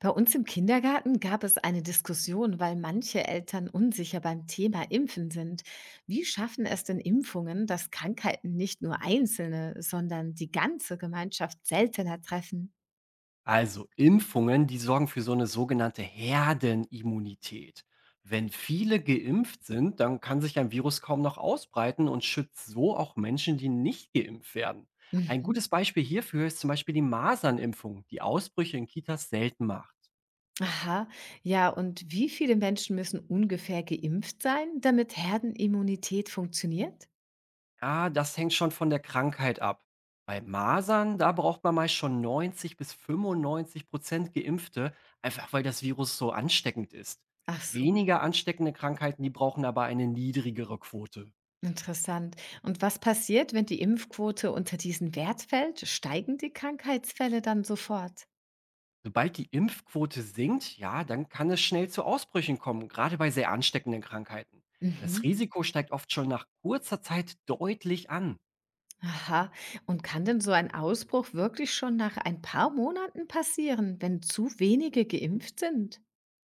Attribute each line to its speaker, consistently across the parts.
Speaker 1: Bei uns im Kindergarten gab es eine Diskussion, weil manche Eltern unsicher beim Thema Impfen sind. Wie schaffen es denn Impfungen, dass Krankheiten nicht nur Einzelne, sondern die ganze Gemeinschaft seltener treffen?
Speaker 2: Also Impfungen, die sorgen für so eine sogenannte Herdenimmunität. Wenn viele geimpft sind, dann kann sich ein Virus kaum noch ausbreiten und schützt so auch Menschen, die nicht geimpft werden. Ein
Speaker 1: Mhm.
Speaker 2: gutes Beispiel hierfür ist zum Beispiel die Masernimpfung, die Ausbrüche in Kitas selten macht.
Speaker 1: Aha, ja, und wie viele Menschen müssen ungefähr geimpft sein, damit Herdenimmunität funktioniert?
Speaker 2: Ja, das hängt schon von der Krankheit ab. Bei Masern, da braucht man meist schon 90 bis 95% Geimpfte, einfach weil das Virus so ansteckend ist.
Speaker 1: Ach so,
Speaker 2: Weniger ansteckende Krankheiten, die brauchen aber eine niedrigere Quote.
Speaker 1: interessant. Und was passiert, wenn die Impfquote unter diesen Wert fällt? Steigen die Krankheitsfälle dann sofort?
Speaker 2: Sobald die Impfquote sinkt, ja, dann kann es schnell zu Ausbrüchen kommen, gerade bei sehr ansteckenden Krankheiten. Das
Speaker 1: Mhm.
Speaker 2: Risiko steigt oft schon nach kurzer Zeit deutlich an.
Speaker 1: Aha. Und kann denn so ein Ausbruch wirklich schon nach ein paar Monaten passieren, wenn zu wenige geimpft sind?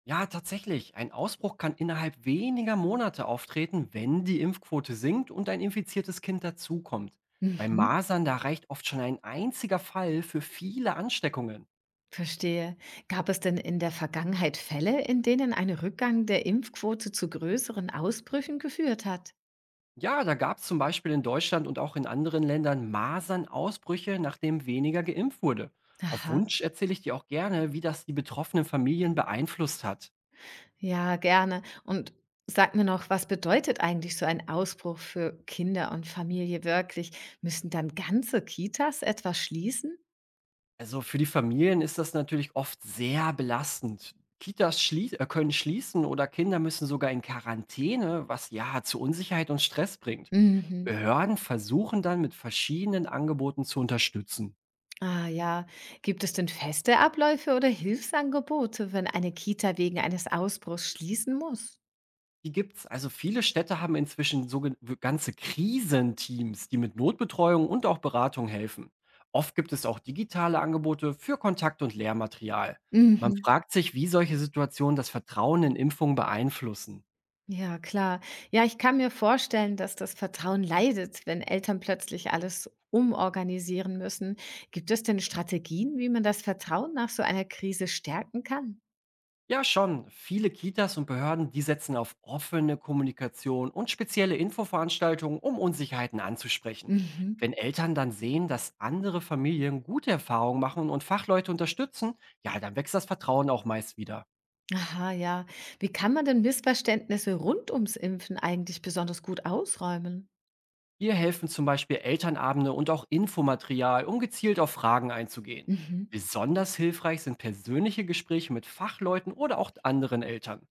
Speaker 2: Ja, tatsächlich. Ein Ausbruch kann innerhalb weniger Monate auftreten, wenn die Impfquote sinkt und ein infiziertes Kind dazukommt. Bei
Speaker 1: Mhm.
Speaker 2: Masern, da reicht oft schon ein einziger Fall für viele Ansteckungen.
Speaker 1: Verstehe. Gab es denn in der Vergangenheit Fälle, in denen ein Rückgang der Impfquote zu größeren Ausbrüchen geführt hat?
Speaker 2: Ja, da gab es zum Beispiel in Deutschland und auch in anderen Ländern Masernausbrüche, nachdem weniger geimpft wurde. Auf
Speaker 1: Aha.
Speaker 2: Wunsch erzähle ich dir auch gerne, wie das die betroffenen Familien beeinflusst hat.
Speaker 1: Ja, gerne. Und sag mir noch, was bedeutet eigentlich so ein Ausbruch für Kinder und Familie wirklich? Müssen dann ganze Kitas etwas schließen?
Speaker 2: Also für die Familien ist das natürlich oft sehr belastend. Kitas schlie können schließen oder Kinder müssen sogar in Quarantäne, was ja zu Unsicherheit und Stress bringt.
Speaker 1: Mhm.
Speaker 2: Behörden versuchen dann mit verschiedenen Angeboten zu unterstützen.
Speaker 1: Ah ja, gibt es denn feste Abläufe oder Hilfsangebote, wenn eine Kita wegen eines Ausbruchs schließen muss?
Speaker 2: Die gibt's. Also viele Städte haben inzwischen ganze Krisenteams, die mit Notbetreuung und auch Beratung helfen. Oft gibt es auch digitale Angebote für Kontakt- und Lehrmaterial. Man
Speaker 1: Mhm.
Speaker 2: fragt sich, wie solche Situationen das Vertrauen in Impfungen beeinflussen.
Speaker 1: Ja, klar. Ja, ich kann mir vorstellen, dass das Vertrauen leidet, wenn Eltern plötzlich alles umorganisieren müssen. Gibt es denn Strategien, wie man das Vertrauen nach so einer Krise stärken kann?
Speaker 2: Ja, schon. Viele Kitas und Behörden, die setzen auf offene Kommunikation und spezielle Infoveranstaltungen, um Unsicherheiten anzusprechen.
Speaker 1: Mhm.
Speaker 2: Wenn Eltern dann sehen, dass andere Familien gute Erfahrungen machen und Fachleute unterstützen, ja, dann wächst das Vertrauen auch meist wieder.
Speaker 1: Aha, ja. Wie kann man denn Missverständnisse rund ums Impfen eigentlich besonders gut ausräumen?
Speaker 2: Hier helfen zum Beispiel Elternabende und auch Infomaterial, um gezielt auf Fragen einzugehen.
Speaker 1: Mhm.
Speaker 2: Besonders hilfreich sind persönliche Gespräche mit Fachleuten oder auch anderen Eltern.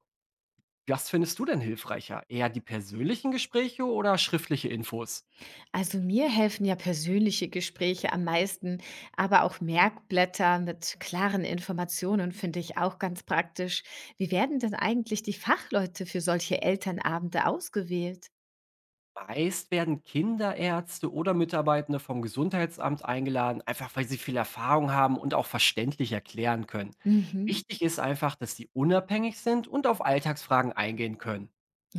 Speaker 2: Was findest du denn hilfreicher? Eher die persönlichen Gespräche oder schriftliche Infos?
Speaker 1: Also mir helfen ja persönliche Gespräche am meisten, aber auch Merkblätter mit klaren Informationen finde ich auch ganz praktisch. Wie werden denn eigentlich die Fachleute für solche Elternabende ausgewählt?
Speaker 2: Meist werden Kinderärzte oder Mitarbeitende vom Gesundheitsamt eingeladen, einfach weil sie viel Erfahrung haben und auch verständlich erklären können.
Speaker 1: Mhm.
Speaker 2: Wichtig ist einfach, dass sie unabhängig sind und auf Alltagsfragen eingehen können.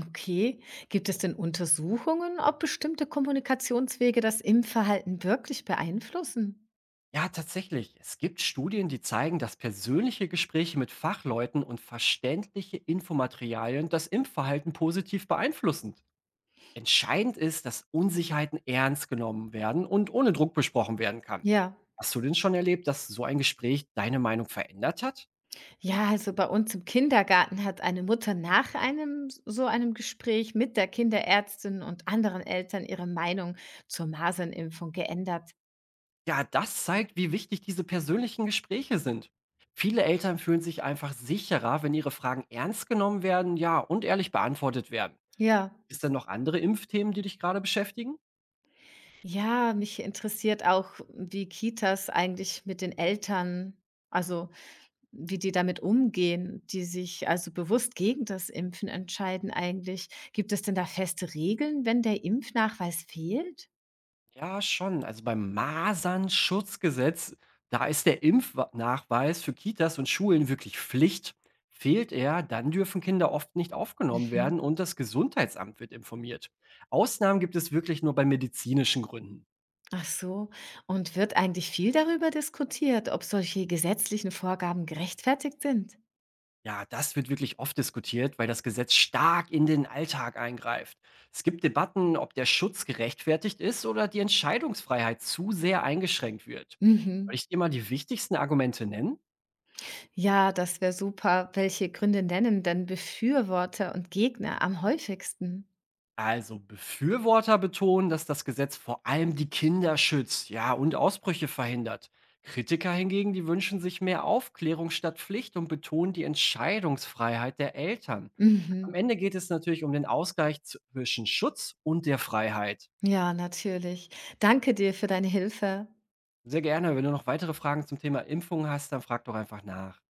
Speaker 1: Okay, gibt es denn Untersuchungen, ob bestimmte Kommunikationswege das Impfverhalten wirklich beeinflussen?
Speaker 2: Ja, tatsächlich. Es gibt Studien, die zeigen, dass persönliche Gespräche mit Fachleuten und verständliche Infomaterialien das Impfverhalten positiv beeinflussen. Entscheidend ist, dass Unsicherheiten ernst genommen werden und ohne Druck besprochen werden kann.
Speaker 1: Ja.
Speaker 2: Hast du denn schon erlebt, dass so ein Gespräch deine Meinung verändert hat?
Speaker 1: Ja, also bei uns im Kindergarten hat eine Mutter nach einem so einem Gespräch mit der Kinderärztin und anderen Eltern ihre Meinung zur Masernimpfung geändert.
Speaker 2: Ja, das zeigt, wie wichtig diese persönlichen Gespräche sind. Viele Eltern fühlen sich einfach sicherer, wenn ihre Fragen ernst genommen werden, ja, und ehrlich beantwortet werden.
Speaker 1: Ja,
Speaker 2: Ist denn noch andere Impfthemen, die dich gerade beschäftigen?
Speaker 1: ja, mich interessiert auch, wie Kitas eigentlich mit den Eltern, also wie die damit umgehen, die sich also bewusst gegen das Impfen entscheiden eigentlich. Gibt es denn da feste Regeln, wenn der Impfnachweis fehlt?
Speaker 2: Ja, schon. Also beim Masernschutzgesetz, da ist der Impfnachweis für Kitas und Schulen wirklich Pflicht. Fehlt er, dann dürfen Kinder oft nicht aufgenommen werden und das Gesundheitsamt wird informiert. Ausnahmen gibt es wirklich nur bei medizinischen Gründen.
Speaker 1: Ach so. Und wird eigentlich viel darüber diskutiert, ob solche gesetzlichen Vorgaben gerechtfertigt sind?
Speaker 2: Ja, das wird wirklich oft diskutiert, weil das Gesetz stark in den Alltag eingreift. Es gibt Debatten, ob der Schutz gerechtfertigt ist oder die Entscheidungsfreiheit zu sehr eingeschränkt wird. Soll
Speaker 1: Mhm.
Speaker 2: ich dir mal die wichtigsten Argumente nennen?
Speaker 1: Ja, das wäre super. Welche Gründe nennen denn Befürworter und Gegner am häufigsten?
Speaker 2: Also Befürworter betonen, dass das Gesetz vor allem die Kinder schützt, ja, und Ausbrüche verhindert. Kritiker hingegen, die wünschen sich mehr Aufklärung statt Pflicht und betonen die Entscheidungsfreiheit der Eltern. Am
Speaker 1: Mhm.
Speaker 2: Ende geht es natürlich um den Ausgleich zwischen Schutz und der Freiheit.
Speaker 1: Ja, natürlich. Danke dir für deine Hilfe.
Speaker 2: Sehr gerne, wenn du noch weitere Fragen zum Thema Impfung hast, dann frag doch einfach nach.